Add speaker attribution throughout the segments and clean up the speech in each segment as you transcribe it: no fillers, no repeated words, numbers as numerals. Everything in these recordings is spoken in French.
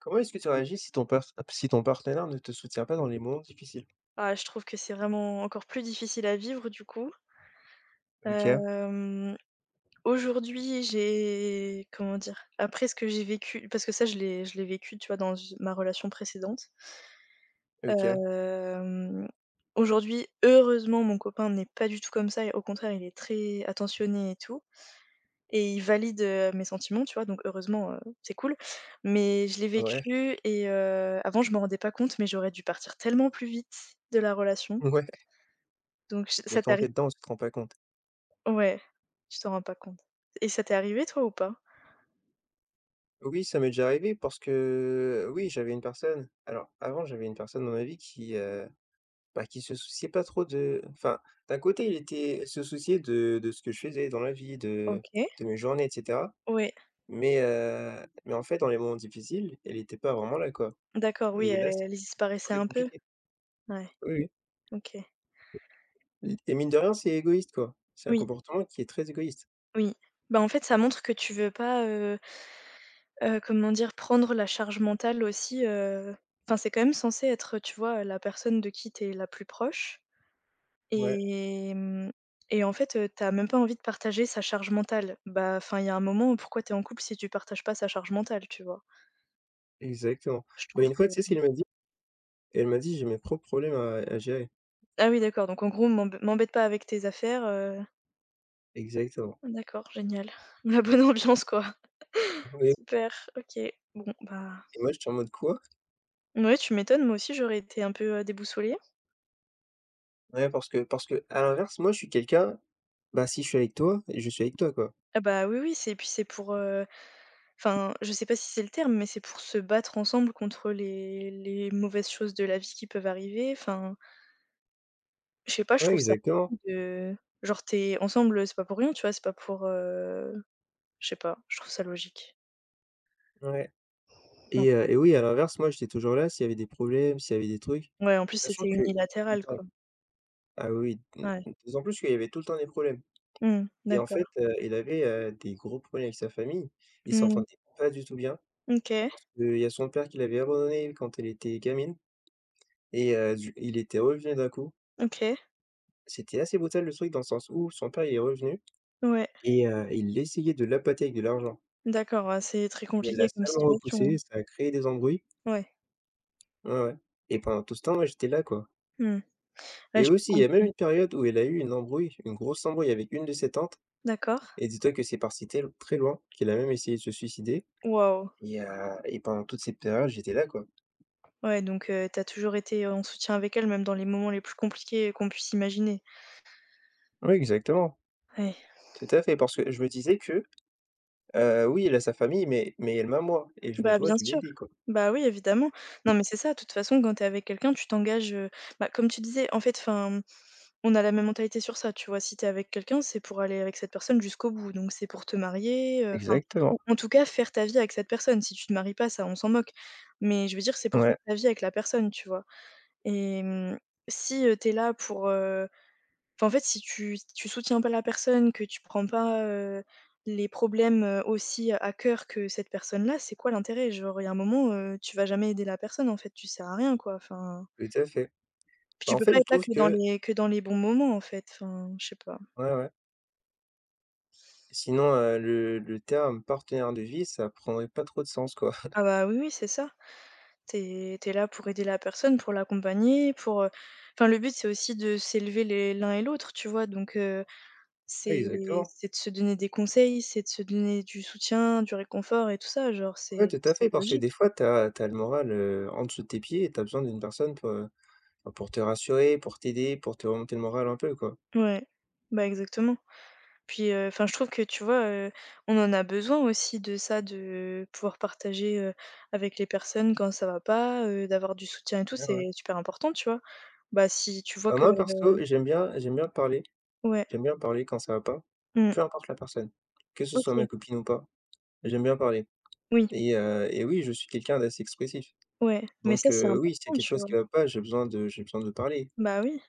Speaker 1: Comment est-ce que tu réagis si ton partenaire ne te soutient pas dans les moments difficiles?
Speaker 2: Ah, je trouve que c'est vraiment encore plus difficile à vivre du coup.
Speaker 1: OK,
Speaker 2: Hem, Aujourd'hui, j'ai comment dire? Après ce que j'ai vécu parce que ça, je l'ai vécu, tu vois, dans ma relation précédente.
Speaker 1: OK,
Speaker 2: Hem, Aujourd'hui, heureusement, mon copain n'est pas du tout comme ça et au contraire, il est très attentionné et tout et il valide, mes sentiments, tu vois? Donc heureusement, c'est cool. Mais je l'ai
Speaker 1: ouais,
Speaker 2: vécu et avant, je m'en rendais pas compte, mais j'aurais dû partir tellement plus vite de la relation.
Speaker 1: ouais,
Speaker 2: Donc j
Speaker 1: mais
Speaker 2: Ça
Speaker 1: quand
Speaker 2: t'arrive.
Speaker 1: t'es dedans, on se rend pas compte.
Speaker 2: Ouais, tu t'en rends pas compte et ça t'est arrivé toi ou pas?
Speaker 1: Oui, ça m'est déjà arrivé parce que, oui, j'avais une personne, alors avant, j'avais une personne dans ma vie qui, bah, qui se souciait pas trop de, enfin, d'un côté, il était se souciait de ce que je faisais dans la vie,
Speaker 2: OK.
Speaker 1: de mes journées, et cetera,
Speaker 2: Ouais,
Speaker 1: mais en fait, dans les moments difficiles, elle n'était pas vraiment là, quoi,
Speaker 2: d'accord, oui,
Speaker 1: et là, c'est
Speaker 2: elle disparaissait
Speaker 1: très
Speaker 2: un peu?
Speaker 1: compliqué.
Speaker 2: Ouais,
Speaker 1: Oui, oui.
Speaker 2: OK.
Speaker 1: Et mine de rien, c'est égoïste, quoi. C'est un
Speaker 2: Oui,
Speaker 1: comportement qui est très égoïste.
Speaker 2: oui. Bah, en fait, ça montre que tu veux pas, comment dire? Prendre la charge mentale aussi, enfin, c'est quand même censé être, tu vois, la personne de qui t'es la plus proche
Speaker 1: Ouais,
Speaker 2: et et en fait, tu même pas envie de partager sa charge mentale. Bah, enfin, il y a un moment, où pourquoi t'es en couple si tu partages pas sa charge mentale, tu vois?
Speaker 1: exactement.
Speaker 2: Je
Speaker 1: Bah,
Speaker 2: trouve
Speaker 1: une
Speaker 2: que.
Speaker 1: fois, tu sais ce qu'elle m'a dit? Elle m'a dit: «J'ai mes propres problèmes à gérer».
Speaker 2: Ah oui, d'accord, donc en gros m'embête pas avec tes affaires,
Speaker 1: Exactement.
Speaker 2: d'accord, génial. La bonne ambiance quoi.
Speaker 1: Oui,
Speaker 2: Super, OK. Bon bah,
Speaker 1: et moi, j'étais en mode: «Quoi?»
Speaker 2: ouais tu m'étonnes, moi aussi j'aurais été un peu, déboussolée.
Speaker 1: Ouais, parce que à l'inverse, moi, je suis quelqu'un, bah, si je suis avec toi, je suis avec toi, quoi.
Speaker 2: Ah bah, oui, oui, c'est puis c'est pour, enfin je sais pas si c'est le terme, mais c'est pour se battre ensemble contre les mauvaises choses de la vie qui peuvent arriver. Enfin, je sais pas, je
Speaker 1: Ouais,
Speaker 2: trouve ça
Speaker 1: exactement.
Speaker 2: de genre t'es ensemble, c'est pas pour rien, tu vois? C'est pas pour, je sais pas, je trouve ça logique.
Speaker 1: Ouais,
Speaker 2: Non.
Speaker 1: et oui, à l'inverse, moi, j'étais toujours là s'il y avait des problèmes, s'il y avait des trucs,
Speaker 2: Ouais, en plus
Speaker 1: sachant
Speaker 2: c'était
Speaker 1: que...
Speaker 2: unilatéral quoi.
Speaker 1: Ah oui,
Speaker 2: Ouais.
Speaker 1: d'autant plus qu'il y avait tout le temps des problèmes,
Speaker 2: Mmh,
Speaker 1: et en
Speaker 2: d'accord.
Speaker 1: fait, il avait, des gros problèmes avec sa famille. Ils
Speaker 2: Mmh.
Speaker 1: s'entendaient pas du tout bien
Speaker 2: OK,
Speaker 1: parce qu'il y a son père qui l'avait abandonnée quand elle était gamine, et du il était revenu d'un coup.
Speaker 2: OK.
Speaker 1: C'était assez brutal, le truc, dans le sens où son père, il est revenu,
Speaker 2: Ouais,
Speaker 1: et il essayait de l'appâter avec de l'argent,
Speaker 2: d'accord, ouais, c'est très
Speaker 1: et elle l'a
Speaker 2: compliqué comme
Speaker 1: salement
Speaker 2: situation, hein.
Speaker 1: repoussé, ça a créé des embrouilles.
Speaker 2: Ouais.
Speaker 1: Ouais, ouais, et pendant tout ce temps, moi, j'étais là, quoi,
Speaker 2: Mmh. Ouais,
Speaker 1: et
Speaker 2: je peux
Speaker 1: aussi, il y a même
Speaker 2: comprendre.
Speaker 1: une période où elle a eu une embrouille, une grosse embrouille avec une de ses tantes,
Speaker 2: D'accord.
Speaker 1: et dis-toi que c'est parti tel très loin qu'elle a même essayé de se suicider.
Speaker 2: Waouh!
Speaker 1: Et pendant toute cette période, j'étais là, quoi.
Speaker 2: Ouais, donc tu as toujours été en soutien avec elle, même dans les moments les plus compliqués qu'on puisse imaginer.
Speaker 1: Oui, exactement.
Speaker 2: Ouais.
Speaker 1: Tout à fait, parce que je me disais que, oui, elle a sa famille, mais elle m'a, moi, et je me
Speaker 2: Bah,
Speaker 1: dois
Speaker 2: bien
Speaker 1: de
Speaker 2: sûr.
Speaker 1: l'aider, quoi.
Speaker 2: Bah, oui, évidemment. Non, mais c'est ça, de toute façon, quand tu es avec quelqu'un, tu t'engages, bah, comme tu disais, en fait, enfin. On a la même mentalité sur ça, tu vois? Si t'es avec quelqu'un, c'est pour aller avec cette personne jusqu'au bout, donc c'est pour te marier, enfin
Speaker 1: Exactement,
Speaker 2: ou en tout cas faire ta vie avec cette personne. Si tu te maries pas, ça, on s'en moque, mais je veux dire, c'est pour faire
Speaker 1: ouais,
Speaker 2: ta vie avec la personne, tu vois? Et si, tu là pour, enfin, en fait, si tu soutiens pas la personne, que tu prends pas, les problèmes, aussi à cœur que cette personne-là, c'est quoi l'intérêt? Genre, il y a un moment, tu vas jamais aider la personne, en fait, tu sers à rien, quoi, enfin
Speaker 1: tout à fait.
Speaker 2: puis
Speaker 1: Bah,
Speaker 2: tu
Speaker 1: en
Speaker 2: peux
Speaker 1: fait,
Speaker 2: pas
Speaker 1: je
Speaker 2: être là
Speaker 1: trouve
Speaker 2: que dans
Speaker 1: que,
Speaker 2: les que dans les bons moments, en fait, enfin, je sais pas.
Speaker 1: ouais, ouais, sinon, le terme partenaire de vie, ça prendrait pas trop de sens, quoi.
Speaker 2: Ah bah, oui, oui, c'est ça. T'es là pour aider la personne, pour l'accompagner, pour, enfin le but c'est aussi de s'élever les l'un et l'autre, tu vois? Donc,
Speaker 1: Ouais,
Speaker 2: c'est
Speaker 1: exactement.
Speaker 2: c'est de se donner des conseils, c'est de se donner du soutien, du réconfort et tout ça, genre
Speaker 1: Ouais,
Speaker 2: c'est
Speaker 1: tout à
Speaker 2: c'est
Speaker 1: fait, parce que
Speaker 2: logique.
Speaker 1: des fois, t'as le moral, en dessous de tes pieds et tu besoin d'une personne pour, bah, pour te rassurer, pour t'aider, pour te remonter le moral un peu, quoi.
Speaker 2: Ouais, bah, exactement. Puis, enfin je trouve que tu vois, on en a besoin aussi de ça, de pouvoir partager, avec les personnes quand ça va pas, d'avoir du soutien et tout,
Speaker 1: Ouais, ouais.
Speaker 2: c'est super important, tu vois? Bah, si tu vois
Speaker 1: Bah,
Speaker 2: que
Speaker 1: moi, perso, j'aime bien te parler.
Speaker 2: ouais,
Speaker 1: J'aime bien parler quand ça va pas,
Speaker 2: mmh,
Speaker 1: peu importe la personne, que ce soit ma
Speaker 2: OK,
Speaker 1: copine ou pas, j'aime bien parler,
Speaker 2: oui.
Speaker 1: et oui, je suis quelqu'un d'assez expressif,
Speaker 2: Ouais, mais ça,
Speaker 1: donc
Speaker 2: c'est
Speaker 1: oui, s'il y a
Speaker 2: important,
Speaker 1: quelque
Speaker 2: tu
Speaker 1: chose
Speaker 2: vois?
Speaker 1: qui va pas, j'ai besoin de parler.
Speaker 2: Bah oui.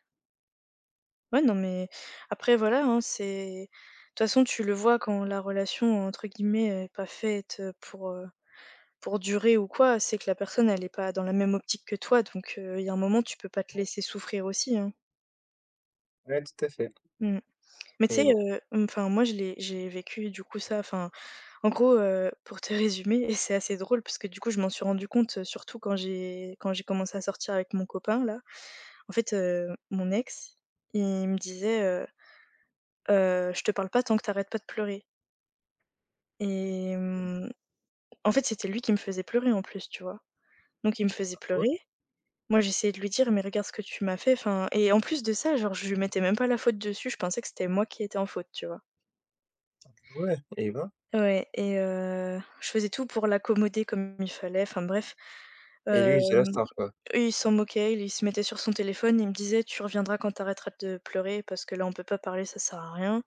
Speaker 2: Ouais, non, mais après, voilà, hein, c'est de toute façon, tu le vois quand la relation, entre guillemets, est pas faite, pour durer ou quoi, c'est que la personne, elle est pas dans la même optique que toi, donc il y a un moment, tu peux pas te laisser souffrir aussi, hein.
Speaker 1: Ouais, tout à fait,
Speaker 2: Mmh. Mais tu
Speaker 1: mais
Speaker 2: sais,
Speaker 1: bon,
Speaker 2: enfin, moi, je l'ai j'ai vécu, du coup, ça, enfin, en gros, pour te résumer et c'est assez drôle parce que, du coup, je m'en suis rendu compte, surtout quand j'ai commencé à sortir avec mon copain, là. En fait, mon ex, il me disait, je te parle pas tant que t'arrêtes pas de pleurer et en fait, c'était lui qui me faisait pleurer, en plus, tu vois? Donc il me faisait
Speaker 1: ouais,
Speaker 2: pleurer. Moi, j'essayais de lui dire: «Mais regarde ce que tu m'as fait», enfin et en plus de ça, genre, je lui mettais même pas la faute dessus, je pensais que c'était moi qui étais en faute, tu vois?
Speaker 1: ouais et ben
Speaker 2: Ouais et je faisais tout pour l'accommoder comme il fallait, enfin bref.
Speaker 1: et lui, c'est se la
Speaker 2: Hem,
Speaker 1: star, quoi,
Speaker 2: et il s'en moquait, il se mettait sur son téléphone, il me disait: «Tu reviendras quand t'arrêteras de pleurer parce que là, on peut pas parler, ça sert à rien»,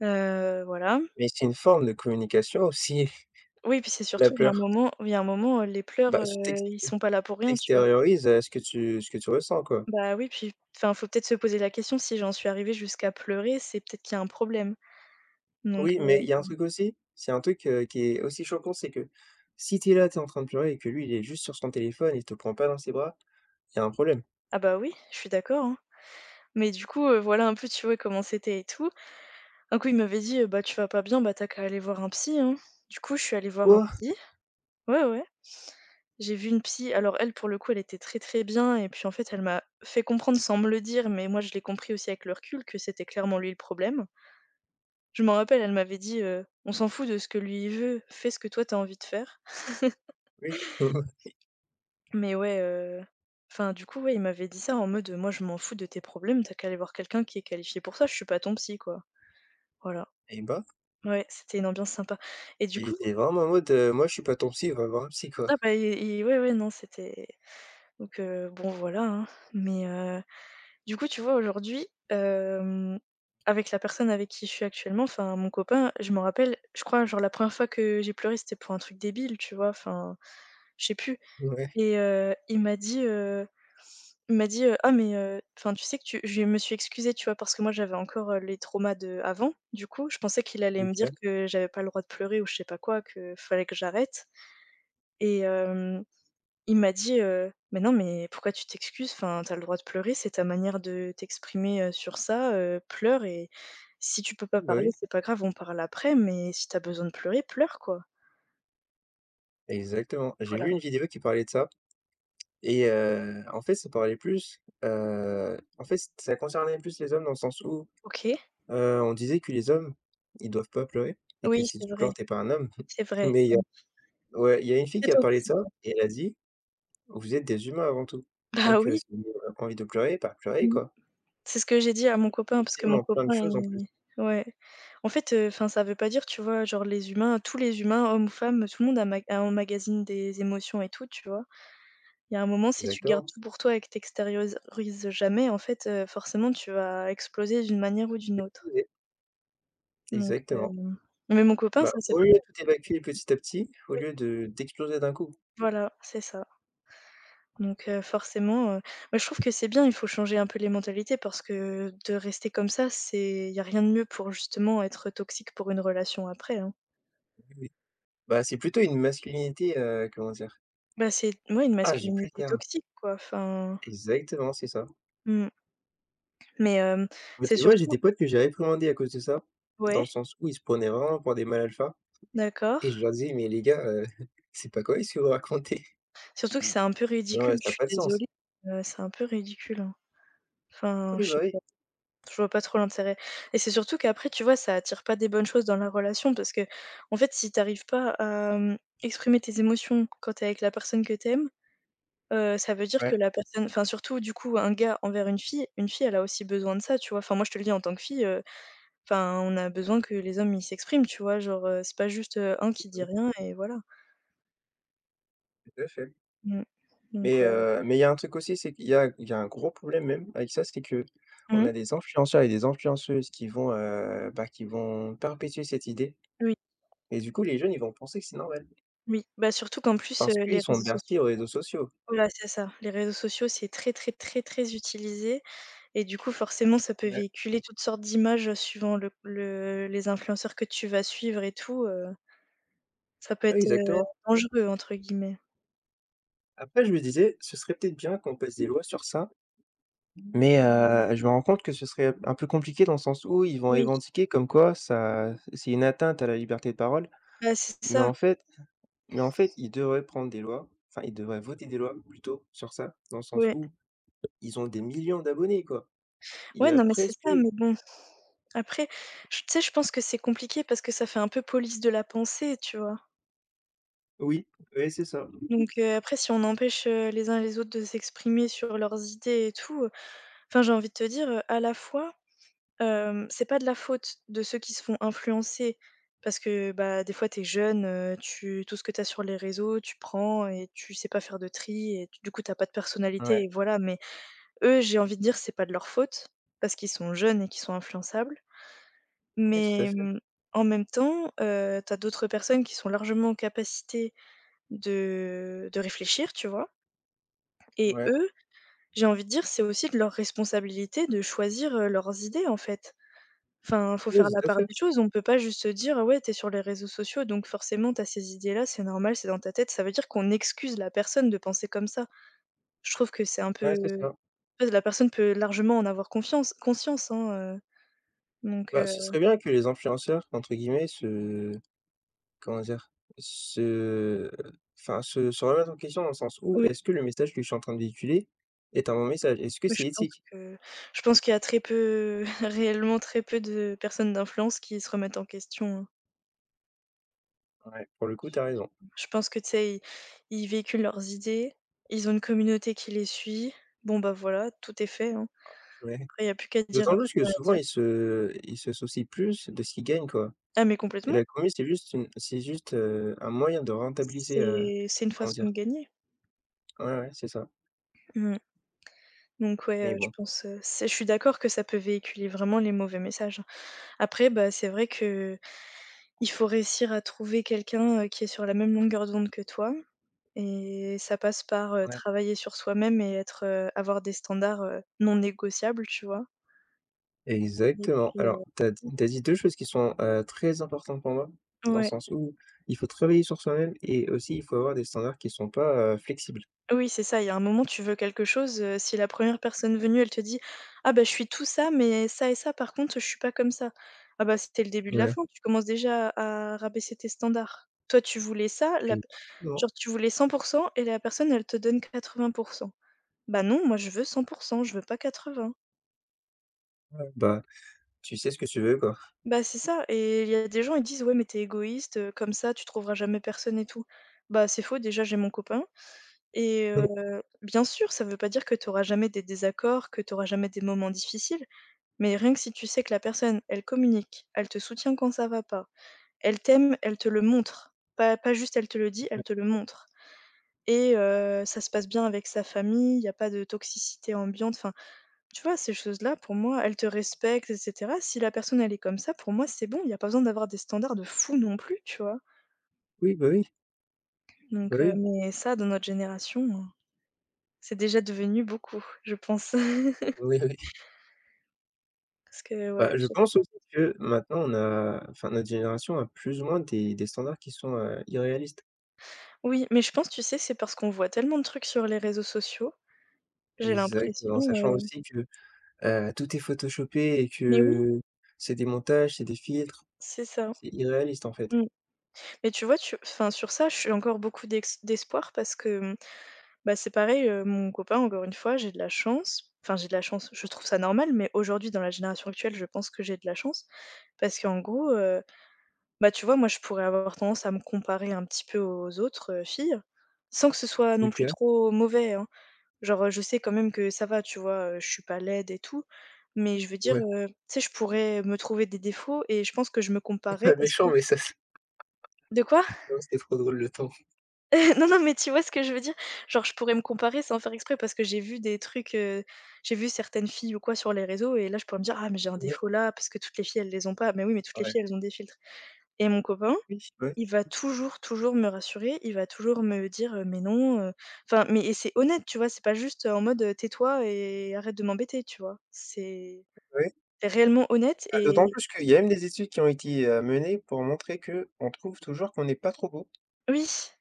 Speaker 2: voilà.
Speaker 1: mais c'est une forme de communication aussi.
Speaker 2: Oui, puis c'est
Speaker 1: La
Speaker 2: surtout, il y a un
Speaker 1: peur.
Speaker 2: moment il y a un moment, les pleurs,
Speaker 1: Bah, si.
Speaker 2: ils sont pas là pour rien, tu
Speaker 1: Tu...
Speaker 2: vois?
Speaker 1: ce que tu ressens, quoi.
Speaker 2: Bah oui, puis enfin, faut peut-être se poser la question, si j'en suis arrivée jusqu'à pleurer, c'est peut-être qu'il y a un problème. Donc,
Speaker 1: Oui, mais il y a un truc aussi, c'est un truc, qui est aussi choquant, c'est que si tu es là, tu es en train de pleurer et que lui, il est juste sur son téléphone, il te prend pas dans ses bras, il y a un problème.
Speaker 2: ah bah oui, je suis d'accord, hein. Mais du coup, voilà un peu, tu vois, comment c'était et tout. Un coup, il m'avait dit: Bah tu vas pas bien, bah t'as qu'à aller voir un psy, hein». Du coup, je suis allée voir un
Speaker 1: Quoi?
Speaker 2: psy. Ouais, ouais. J'ai vu une psy, alors elle, pour le coup, elle était très, très bien et puis en fait, elle m'a fait comprendre sans me le dire, mais moi je l'ai compris aussi avec le recul que c'était clairement lui le problème. Je m'en rappelle, elle m'avait dit: «On s'en fout de ce que lui il veut, fais ce que toi t'as envie de faire».
Speaker 1: Oui,
Speaker 2: Mais ouais, enfin du coup, ouais, il m'avait dit ça en mode, «Moi je m'en fous de tes problèmes, t'as qu'à aller voir quelqu'un qui est qualifié pour ça, je suis pas ton psy quoi». Voilà.
Speaker 1: et bah,
Speaker 2: Ouais, c'était une ambiance sympa. Et du
Speaker 1: il
Speaker 2: coup
Speaker 1: était vraiment en mode, «Moi, je suis pas ton psy, va voir un psy, quoi».
Speaker 2: ah bah, et ouais, ouais, non, c'était donc bon voilà, hein. Mais du coup, tu vois aujourd'hui, avec la personne avec qui je suis actuellement, enfin mon copain, je me rappelle, je crois genre la première fois que j'ai pleuré, c'était pour un truc débile, tu vois? Enfin, je sais plus.
Speaker 1: Ouais,
Speaker 2: Il m'a dit: «Ah mais enfin tu sais que tu» je me suis excusée, tu vois? Parce que moi j'avais encore, les traumas de avant. Du coup, je pensais qu'il allait me dire
Speaker 1: OK.
Speaker 2: que j'avais pas le droit de pleurer ou je sais pas quoi, que fallait que j'arrête. Et hem, il m'a dit: «Mais non, mais pourquoi tu t'excuses? Enfin, t'as le droit de pleurer, c'est ta manière de t'exprimer, sur ça, pleure et si tu peux pas
Speaker 1: Bah,
Speaker 2: parler,
Speaker 1: oui,
Speaker 2: c'est pas grave, on parle après, mais si t'as besoin de pleurer, pleure quoi».
Speaker 1: exactement. J'ai vu
Speaker 2: Voilà,
Speaker 1: une vidéo qui parlait de ça, en fait, ça parlait plus, en fait, ça concernait plus les hommes, dans le sens où...
Speaker 2: OK.
Speaker 1: On disait que les hommes, ils doivent pas pleurer et que
Speaker 2: Oui,
Speaker 1: si
Speaker 2: c'est
Speaker 1: tu
Speaker 2: vrai,
Speaker 1: pleures, t'es pas un homme.
Speaker 2: c'est vrai.
Speaker 1: Mais il y
Speaker 2: Mmh,
Speaker 1: a... ouais, il y a une fille
Speaker 2: très
Speaker 1: qui a parlé de ça
Speaker 2: toxique.
Speaker 1: et elle a dit: «Vous êtes des humains avant tout.
Speaker 2: Bah
Speaker 1: Donc
Speaker 2: oui.
Speaker 1: si vous avez envie de pleurer, bah, pleurez
Speaker 2: Mmh.
Speaker 1: quoi».
Speaker 2: C'est ce que j'ai dit à mon copain parce que mon
Speaker 1: Tellement plein de
Speaker 2: copain
Speaker 1: choses en plus.
Speaker 2: il. Ouais. En fait, enfin, ça veut pas dire, tu vois, genre les humains, tous les humains, hommes ou femmes, tout le monde a ama emmagasine des émotions et tout, tu vois? Il y a un moment, si tu gardes
Speaker 1: Exactement.
Speaker 2: tout pour toi et que tu extériorises jamais, en fait, forcément tu vas exploser d'une manière ou d'une autre.
Speaker 1: Ouais,
Speaker 2: Donc,
Speaker 1: exactement.
Speaker 2: hem mais mon copain,
Speaker 1: Bah,
Speaker 2: ça c'est
Speaker 1: vaut
Speaker 2: pas
Speaker 1: mieux
Speaker 2: pareil.
Speaker 1: tout évacuer petit à petit au
Speaker 2: Oui,
Speaker 1: lieu de d'exploser d'un coup.
Speaker 2: voilà, c'est ça. Donc forcément, bah, je trouve que c'est bien, il faut changer un peu les mentalités parce que de rester comme ça, c'est il y a rien de mieux pour justement être toxique pour une relation après, hein.
Speaker 1: Oui, oui. Bah, c'est plutôt une masculinité, comment dire?
Speaker 2: Bah, c'est ouais, une
Speaker 1: Ah, j'ai plus le
Speaker 2: masculinité
Speaker 1: terme.
Speaker 2: toxique quoi, enfin
Speaker 1: Exactement, c'est ça.
Speaker 2: mmh, mais
Speaker 1: Bah,
Speaker 2: c'est
Speaker 1: tu vois, j'ai
Speaker 2: surtout
Speaker 1: des potes que j'ai réprimandés à cause de ça, dans
Speaker 2: ouais,
Speaker 1: le sens où ils se prenaient vraiment pour des mâles alpha.
Speaker 2: d'accord.
Speaker 1: Et je leur dis: «Mais les gars, c'est pas correct ce que vous racontez.
Speaker 2: Surtout que c'est un peu
Speaker 1: Genre,
Speaker 2: ridicule, je
Speaker 1: ça a
Speaker 2: suis
Speaker 1: pas de sens».
Speaker 2: désolée, c'est un peu ridicule, hein. Enfin,
Speaker 1: «Oui,
Speaker 2: je
Speaker 1: bah,
Speaker 2: sais.
Speaker 1: oui,
Speaker 2: Je vois pas trop l'intérêt et c'est surtout qu'après, tu vois, ça attire pas des bonnes choses dans la relation parce que, en fait, si tu arrives pas à, exprimer tes émotions quand t'es avec la personne que t'aimes, ça veut dire
Speaker 1: ouais,
Speaker 2: que la personne enfin, surtout, du coup, un gars envers une fille, elle a aussi besoin de ça, tu vois? Enfin, moi, je te le dis en tant que fille, enfin, on a besoin que les hommes, ils s'expriment, tu vois? Genre, c'est pas juste, un
Speaker 1: bah,
Speaker 2: qui dit
Speaker 1: oui,
Speaker 2: rien et voilà.
Speaker 1: tout à fait».
Speaker 2: Mmh. Donc ouais.
Speaker 1: Mais il y a un truc aussi, c'est qu'il y a il y a un gros problème même avec ça, c'est qu'on
Speaker 2: Mmh.
Speaker 1: a des influenceurs et des influenceuses qui vont, bah, qui vont perpétuer cette idée,
Speaker 2: Oui,
Speaker 1: et du coup, les jeunes, ils vont penser que c'est normal
Speaker 2: oui. Bah, surtout qu'en plus,
Speaker 1: parce
Speaker 2: les
Speaker 1: qu'ils sont
Speaker 2: réseaux
Speaker 1: bercés
Speaker 2: sociaux
Speaker 1: aux réseaux sociaux.
Speaker 2: voilà, c'est ça. Les réseaux sociaux, c'est très, très, très, très utilisé. Et du coup, forcément, ça peut
Speaker 1: Ouais,
Speaker 2: véhiculer toutes sortes d'images, suivant le les influenceurs que tu vas suivre et tout, ça peut
Speaker 1: ouais,
Speaker 2: être,
Speaker 1: exactement.
Speaker 2: «dangereux» entre guillemets.
Speaker 1: Après je me disais: «Ce serait peut-être bien qu'on passe des lois sur ça». Mais je me rends compte que ce serait un peu compliqué, dans le sens où ils vont
Speaker 2: Oui,
Speaker 1: revendiquer comme quoi ça c'est une atteinte à la liberté de parole,
Speaker 2: bah, c'est
Speaker 1: mais
Speaker 2: ça,
Speaker 1: en fait mais en fait, ils devraient prendre des lois, enfin, ils devraient voter des lois plutôt sur ça, dans le sens
Speaker 2: ouais.
Speaker 1: où ils ont des millions d'abonnés, quoi. Il y
Speaker 2: Ouais,
Speaker 1: a
Speaker 2: non, mais c'est
Speaker 1: presque...
Speaker 2: ça, mais bon, après, j tu sais, je pense que c'est compliqué parce que ça fait un peu police de la pensée, tu vois?
Speaker 1: oui, oui, c'est ça.
Speaker 2: Donc après si on empêche, les uns les autres de s'exprimer sur leurs idées et tout, enfin j'ai envie de te dire, à la fois. C'est pas de la faute de ceux qui se font influencer parce que, bah, des fois t'es jeune, tu tout ce que t'as sur les réseaux, tu prends et tu sais pas faire de tri et du coup t'as pas de personnalité
Speaker 1: Ouais,
Speaker 2: et voilà, mais eux, j'ai envie de dire, c'est pas de leur faute parce qu'ils sont jeunes et qu'ils sont influençables,
Speaker 1: oui, tout à
Speaker 2: mais,
Speaker 1: fait.
Speaker 2: mmh, en même temps, tu d'autres personnes qui sont largement en capacité de réfléchir, tu vois? Et
Speaker 1: Ouais,
Speaker 2: eux, j'ai envie de dire, c'est aussi de leur responsabilité de choisir, leurs idées, en fait. Enfin, faut faire
Speaker 1: oui,
Speaker 2: la
Speaker 1: tout à
Speaker 2: part
Speaker 1: fait.
Speaker 2: des choses, on peut pas juste se dire: «Ah ouais, t'es sur les réseaux sociaux, donc forcément t'as ces idées-là, c'est normal, c'est dans ta tête». Ça veut dire qu'on excuse la personne de penser comme ça. Je trouve que c'est un
Speaker 1: Ouais,
Speaker 2: peu,
Speaker 1: c'est ça.
Speaker 2: en fait, la personne peut largement en avoir confiance conscience, hein, donc
Speaker 1: Bah, ce serait bien que les «influenceurs» entre guillemets se... Comment dire? Se... enfin, se remettre en question, dans le sens où,
Speaker 2: oui,
Speaker 1: est-ce que le message que je suis en train de véhiculer est un bon message? Est-ce que
Speaker 2: moi je
Speaker 1: c'est
Speaker 2: pense
Speaker 1: éthique?
Speaker 2: que je pense qu'il y a très peu réellement très peu de personnes d'influence qui se remettent en question, hein.
Speaker 1: Ouais, pour le coup, t'as raison.
Speaker 2: Je pense que, tu sais, ils ils véhiculent leurs idées, ils ont une communauté qui les suit, bon, bah, voilà, tout est fait, hein.
Speaker 1: Ouais.
Speaker 2: Après il n'y a plus qu'à dire
Speaker 1: D'autant plus que
Speaker 2: euh,
Speaker 1: souvent, ils se soucient plus de ce qu'ils gagnent, quoi,
Speaker 2: ah mais
Speaker 1: et
Speaker 2: complètement,
Speaker 1: la commu, c'est juste une c'est juste, un moyen de rentabiliser,
Speaker 2: c'est une
Speaker 1: comment
Speaker 2: façon de
Speaker 1: dire?
Speaker 2: gagner.
Speaker 1: Ouais, ouais, c'est ça.
Speaker 2: Mmh. Donc ouais,
Speaker 1: Mais
Speaker 2: je
Speaker 1: bon,
Speaker 2: pense, c'est je suis d'accord que ça peut véhiculer vraiment les mauvais messages. Après, bah, c'est vrai qu'il faut réussir à trouver quelqu'un, qui est sur la même longueur d'onde que toi et ça passe par,
Speaker 1: ouais.
Speaker 2: travailler sur soi-même et être, avoir des standards, non négociables, tu vois? Et
Speaker 1: Exactement.
Speaker 2: puis,
Speaker 1: Alors, t'as dit 2 choses qui sont, très importantes pour moi, dans le
Speaker 2: ouais.
Speaker 1: sens où il faut travailler sur soi-même et aussi il faut avoir des standards qui sont pas, flexibles.
Speaker 2: Oui, c'est ça, il y a un moment, tu veux quelque chose, si la première personne venue, elle te dit: «Ah bah, je suis tout ça, mais ça et ça, par contre, je suis pas comme ça». Ah bah, c'était le début de la
Speaker 1: Ouais,
Speaker 2: fin, tu commences déjà à rabaisser tes standards. Toi, tu voulais ça, la
Speaker 1: exactement.
Speaker 2: genre, tu voulais 100 et la personne, elle te donne 80. Bah non, moi, je veux 100, je veux pas 80.
Speaker 1: Ouais, bah, tu sais ce que tu veux, quoi.
Speaker 2: Bah, c'est ça et il y a des gens, ils disent: «Ouais, mais t'es égoïste, comme ça, tu trouveras jamais personne et tout». Bah, c'est faux, déjà, j'ai mon copain. Et bien sûr, ça ne veut pas dire que tu auras jamais des désaccords, que tu auras jamais des moments difficiles, mais rien que si tu sais que la personne, elle communique, elle te soutient quand ça va pas, elle t'aime, elle te le montre. Pas juste elle te le dit, elle te le montre et ça se passe bien avec sa famille, il y a pas de toxicité ambiante, enfin, tu vois, ces choses-là, pour moi, elle te respecte et cetera. Si la personne, elle est comme ça, pour moi, c'est bon, il y a pas besoin d'avoir des standards de fou non plus, tu vois?
Speaker 1: Oui, bah, oui, bah,
Speaker 2: Donc
Speaker 1: oui,
Speaker 2: mais ça, dans notre génération, c'est déjà devenu beaucoup, je pense.
Speaker 1: oui, oui.
Speaker 2: Parce que ouais,
Speaker 1: Bah, je
Speaker 2: je
Speaker 1: pense aussi que maintenant on a... enfin notre génération a plus ou moins des standards qui sont, irréalistes.
Speaker 2: oui, mais je pense, tu sais, c'est parce qu'on voit tellement de trucs sur les réseaux sociaux, j'ai
Speaker 1: Exactement,
Speaker 2: l'impression,
Speaker 1: sachant
Speaker 2: heu
Speaker 1: aussi que, tout est photoshopé et
Speaker 2: mais oui,
Speaker 1: que c'est des montages, c'est des filtres,
Speaker 2: c'est ça.
Speaker 1: c'est irréaliste, en fait.
Speaker 2: Mmh. Mais tu vois, tu enfin, sur ça, je suis encore beaucoup d'ex d'espoir parce que, mmh, bah, c'est pareil, mon copain, encore une fois, j'ai de la chance. Enfin, j'ai de la chance, je trouve ça normal, mais aujourd'hui, dans la génération actuelle, je pense que j'ai de la chance parce qu'en gros, bah, tu vois, moi, je pourrais avoir tendance à me comparer un petit peu aux autres, filles, sans que ce soit non plus
Speaker 1: OK,
Speaker 2: trop mauvais, hein. Genre, je sais quand même que ça va, tu vois? Je suis pas laide et tout, mais je veux dire,
Speaker 1: ouais.
Speaker 2: tu sais, je pourrais me trouver des défauts et je pense que je me
Speaker 1: C'est
Speaker 2: comparais
Speaker 1: pas
Speaker 2: parce que
Speaker 1: méchant, mais ça c'est...
Speaker 2: de quoi?
Speaker 1: non, c'était trop drôle le temps.
Speaker 2: Non, non, mais tu vois ce que je veux dire? Genre, je pourrais me comparer sans faire exprès parce que j'ai vu des trucs, j'ai vu certaines filles ou quoi sur les réseaux et là, je pourrais me dire: «Ah mais j'ai un
Speaker 1: Ouais,
Speaker 2: défaut là, parce que toutes les filles, elles les ont pas». Mais oui, mais toutes les
Speaker 1: ouais.
Speaker 2: filles, elles ont des filtres et mon copain.
Speaker 1: Oui, ouais,
Speaker 2: Il va toujours, toujours me rassurer, il va toujours me dire, «Mais non, enfin, mais et c'est honnête, tu vois? C'est pas juste, en mode, «Tais-toi et arrête de m'embêter», tu vois?
Speaker 1: ouais.
Speaker 2: C'est réellement honnête
Speaker 1: Bah,
Speaker 2: et
Speaker 1: d'autant plus qu'il y a même des études qui ont été, menées pour montrer que on trouve toujours qu'on n'est pas trop beau.
Speaker 2: oui.